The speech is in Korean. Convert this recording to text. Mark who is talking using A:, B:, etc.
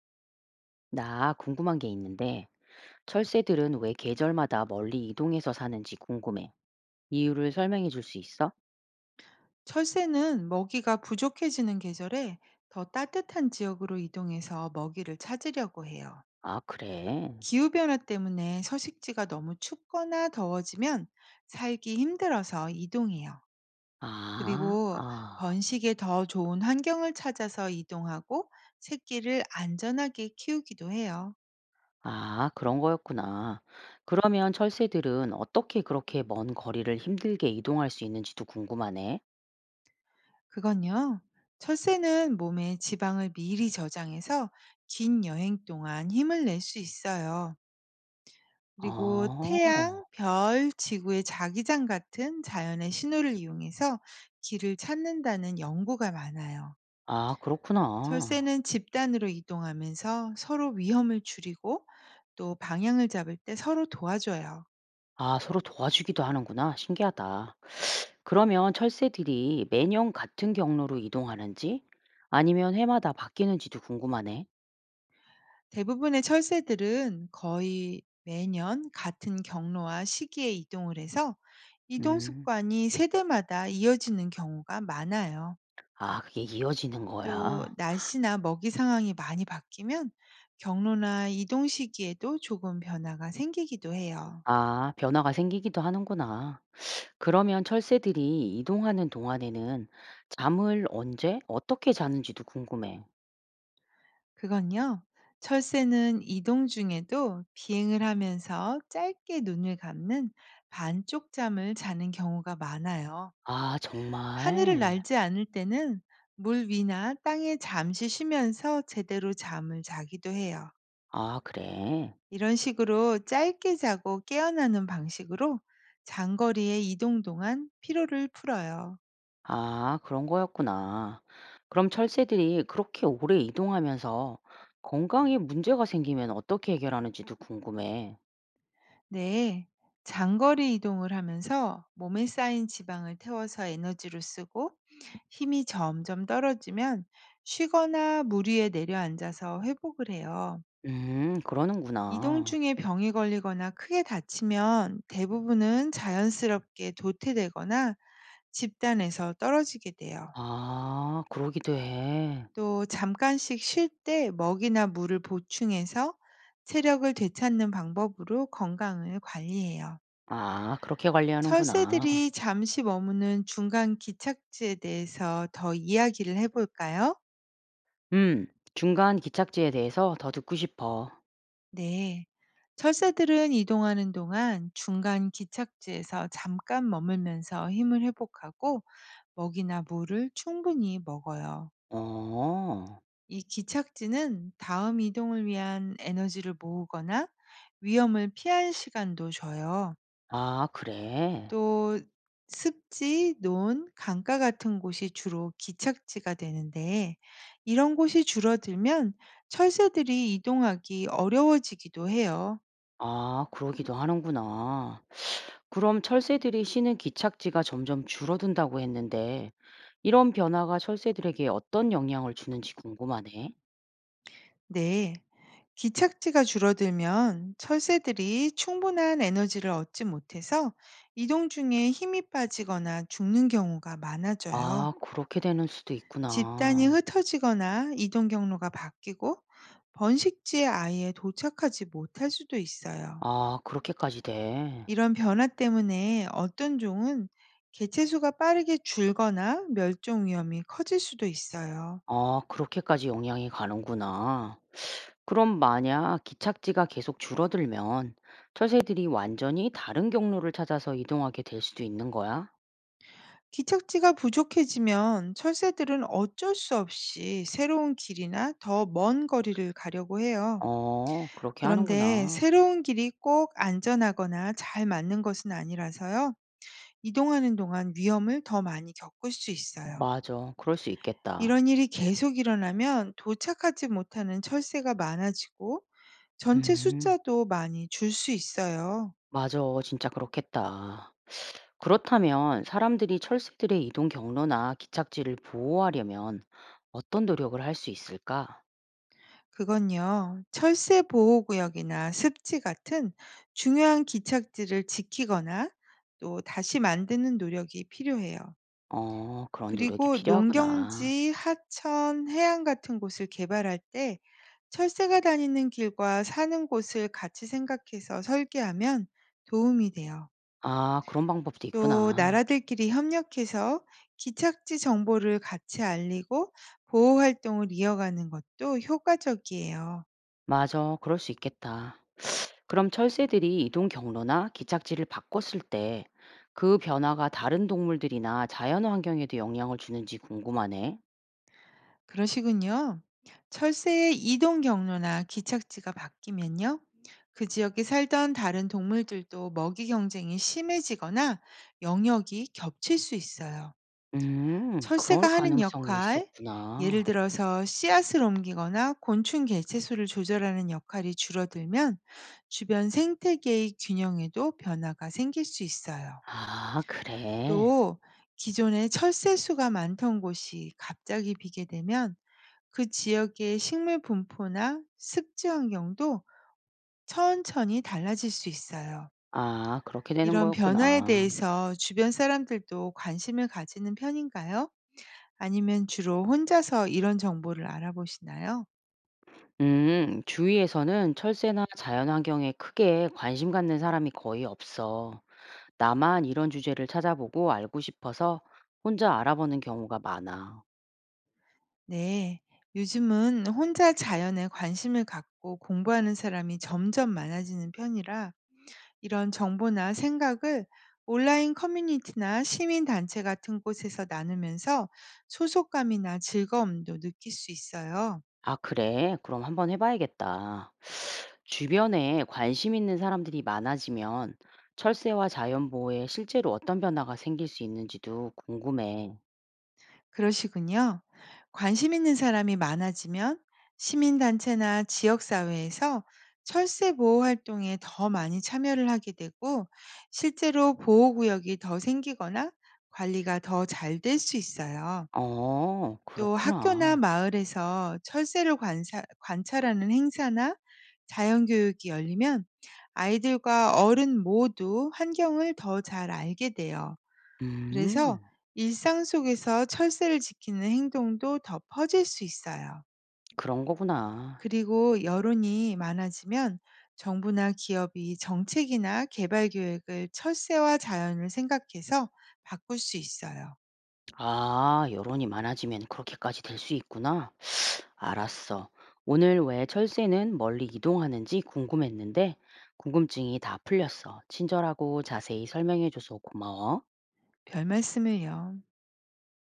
A: 나 궁금한 게 있는데, 철새들은 왜 계절마다 멀리 이동해서 사는지 궁금해. 이유를 설명해 줄 수 있어?
B: 철새는 먹이가 부족해지는 계절에 더 따뜻한 지역으로 이동해서 먹이를 찾으려고 해요.
A: 아, 그래.
B: 기후변화 때문에 서식지가 너무 춥거나 더워지면 살기 힘들어서 이동해요.
A: 아,
B: 그리고
A: 아,
B: 번식에 더 좋은 환경을 찾아서 이동하고 새끼를 안전하게 키우기도 해요.
A: 아, 그런 거였구나. 그러면 철새들은 어떻게 그렇게 먼 거리를 힘들게 이동할 수 있는지도 궁금하네.
B: 그건요. 철새는 몸에 지방을 미리 저장해서 긴 여행 동안 힘을 낼 수 있어요. 그리고
A: 아,
B: 태양, 별, 지구의 자기장 같은 자연의 신호를 이용해서 길을 찾는다는 연구가 많아요.
A: 아, 그렇구나.
B: 철새는 집단으로 이동하면서 서로 위험을 줄이고 또 방향을 잡을 때 서로 도와줘요.
A: 아, 서로 도와주기도 하는구나. 신기하다. 그러면 철새들이 매년 같은 경로로 이동하는지 아니면 해마다 바뀌는지도 궁금하네.
B: 대부분의 철새들은 거의 매년 같은 경로와 시기에 이동을 해서 이동
A: 음.
B: 습관이 세대마다 이어지는 경우가 많아요.
A: 아, 그게 이어지는
B: 또
A: 거야?
B: 날씨나 먹이 상황이 많이 바뀌면 경로나 이동 시기에도 조금 변화가 생기기도 해요.
A: 아, 변화가 생기기도 하는구나. 그러면 철새들이 이동하는 동안에는 잠을 언제 어떻게 자는지도 궁금해.
B: 그건요, 철새는 이동 중에도 비행을 하면서 짧게 눈을 감는 반쪽 잠을 자는 경우가 많아요.
A: 아,
B: 하늘을
A: 정말?
B: 날지 않을 때는 물 위나 땅에 잠시 쉬면서 제대로 잠을 자기도 해요.
A: 아, 그래?
B: 이런 식으로 짧게 자고 깨어나는 방식으로 장거리의 이동 동안 피로를 풀어요.
A: 아, 그런 거였구나. 그럼 철새들이 그렇게 오래 이동하면서 건강에 문제가 생기면 어떻게 해결하는지도 궁금해.
B: 네. 장거리 이동을 하면서 몸에 쌓인 지방을 태워서 에너지로 쓰고 힘이 점점 떨어지면 쉬거나 물 위에 내려앉아서 회복을 해요.
A: 음,
B: 이동
A: 그러는구나.
B: 중에 병이 걸리거나 크게 다치면 대부분은 자연스럽게 도태되거나 집단에서 떨어지게 돼요.
A: 아, 그러기도 해.
B: 또 잠깐씩 쉴 때 먹이나 물을 보충해서 체력을 되찾는 방법으로 건강을 관리해요.
A: 아, 그렇게 관리하는구나.
B: 철새들이 잠시 머무는 중간 기착지에 대해서 더 이야기를 해볼까요?
A: 음. 중간 기착지에 대해서 더 듣고 싶어.
B: 네. 철새들은 이동하는 동안 중간 기착지에서 잠깐 머물면서 힘을 회복하고 먹이나 물을 충분히 먹어요.
A: 어.
B: 이 기착지는 다음 이동을 위한 에너지를 모으거나 위험을 피할 시간도 줘요.
A: 아, 그래?
B: 또 습지, 논, 강가 같은 곳이 주로 기착지가 되는데 이런 곳이 줄어들면 철새들이 이동하기 어려워지기도 해요.
A: 아, 그러기도 하는구나. 그럼 철새들이 쉬는 기착지가 점점 줄어든다고 했는데 이런 변화가 철새들에게 어떤 영향을 주는지 궁금하네.
B: 네. 기착지가 줄어들면 철새들이 충분한 에너지를 얻지 못해서 이동 중에 힘이 빠지거나 죽는 경우가 많아져요.
A: 아, 그렇게 되는 수도
B: 집단이
A: 있구나.
B: 흩어지거나 이동 경로가 바뀌고 번식지에 아예 도착하지 못할 수도 있어요.
A: 아, 그렇게까지 돼.
B: 이런 변화 때문에 어떤 종은 개체수가 빠르게 줄거나 멸종 위험이 커질 수도 있어요.
A: 아, 그렇게까지 영향이 가는구나. 그럼 만약 기착지가 계속 줄어들면 철새들이 완전히 다른 경로를 찾아서 이동하게 될 수도 있는 거야?
B: 기척지가 부족해지면 철새들은 어쩔 수 없이 새로운 길이나 더 먼 거리를 가려고 해요.
A: 어, 그렇게
B: 그런데
A: 하는구나.
B: 새로운 길이 꼭 안전하거나 잘 맞는 것은 아니라서요. 이동하는 동안 위험을 더 많이 겪을 수 있어요.
A: 맞아. 그럴 수 있겠다.
B: 이런 일이 계속 일어나면 도착하지 못하는 철새가 많아지고 전체
A: 음,
B: 숫자도 많이 줄 수 있어요.
A: 맞아. 진짜 그렇겠다. 그렇다면 사람들이 철새들의 이동 경로나 기착지를 보호하려면 어떤 노력을 할 수 있을까?
B: 그건요, 철새 보호구역이나 습지 같은 중요한 기착지를 지키거나 또 다시 만드는 노력이 필요해요.
A: 어, 그런 노력이
B: 그리고
A: 필요하구나.
B: 농경지, 하천, 해안 같은 곳을 개발할 때 철새가 다니는 길과 사는 곳을 같이 생각해서 설계하면 도움이 돼요.
A: 아, 그런 방법도
B: 또
A: 있구나.
B: 나라들끼리 협력해서 기착지 정보를 같이 알리고 보호 활동을 이어가는 것도 효과적이에요.
A: 맞아. 그럴 수 있겠다. 그럼 철새들이 이동 경로나 기착지를 바꿨을 때 그 변화가 다른 동물들이나 자연 환경에도 영향을 주는지 궁금하네.
B: 그러시군요. 철새의 이동 경로나 기착지가 바뀌면요. 그 지역에 살던 다른 동물들도 먹이 경쟁이 심해지거나 영역이 겹칠 수 있어요.
A: 그럴
B: 철새가 하는
A: 가능성이
B: 역할, 예를
A: 있었구나.
B: 들어서 씨앗을 옮기거나 곤충 개체수를 조절하는 역할이 줄어들면 주변 생태계의 균형에도 변화가 생길 수 있어요.
A: 아, 그래.
B: 또 기존에 철새 수가 많던 곳이 갑자기 비게 되면 그 지역의 식물 분포나 습지 환경도 천천히 달라질 수 있어요.
A: 아, 그렇게 되는
B: 이런 변화에
A: 거였구나.
B: 대해서 주변 사람들도 관심을 가지는 편인가요? 아니면 주로 혼자서 이런 정보를 알아보시나요?
A: 주위에서는 철새나 자연 환경에 크게 관심 갖는 사람이 거의 없어. 나만 이런 주제를 찾아보고 알고 싶어서 혼자 알아보는 경우가 많아.
B: 네. 요즘은 혼자 자연에 관심을 갖고 공부하는 사람이 점점 많아지는 편이라 이런 정보나 생각을 온라인 커뮤니티나 시민단체 같은 곳에서 나누면서 소속감이나 즐거움도 느낄 수 있어요.
A: 아, 그래? 그럼 한번 해봐야겠다. 주변에 관심 있는 사람들이 많아지면 철새와 자연보호에 실제로 어떤 변화가 생길 수 있는지도 궁금해.
B: 그러시군요. 관심 있는 사람이 많아지면 시민단체나 지역사회에서 철새 보호 활동에 더 많이 참여를 하게 되고 실제로 보호구역이 더 생기거나 관리가 더 잘 될 수 있어요.
A: 어,
B: 또 학교나
A: 그렇구나.
B: 마을에서 철새를 관사 관찰하는 행사나 자연 교육이 열리면 아이들과 어른 모두 환경을 더 잘 알게 돼요. 그래서
A: 음,
B: 일상 속에서 철새를 지키는 행동도 더 퍼질 수 있어요.
A: 그런 거구나.
B: 그리고 여론이 많아지면 정부나 기업이 정책이나 개발 계획을 철새와 자연을 생각해서 바꿀 수 있어요.
A: 아, 여론이 많아지면 그렇게까지 될 수 있구나. 알았어. 오늘 왜 철새는 멀리 이동하는지 궁금했는데 궁금증이 다 풀렸어. 친절하고 자세히 설명해줘서 고마워.
B: 별 말씀을요.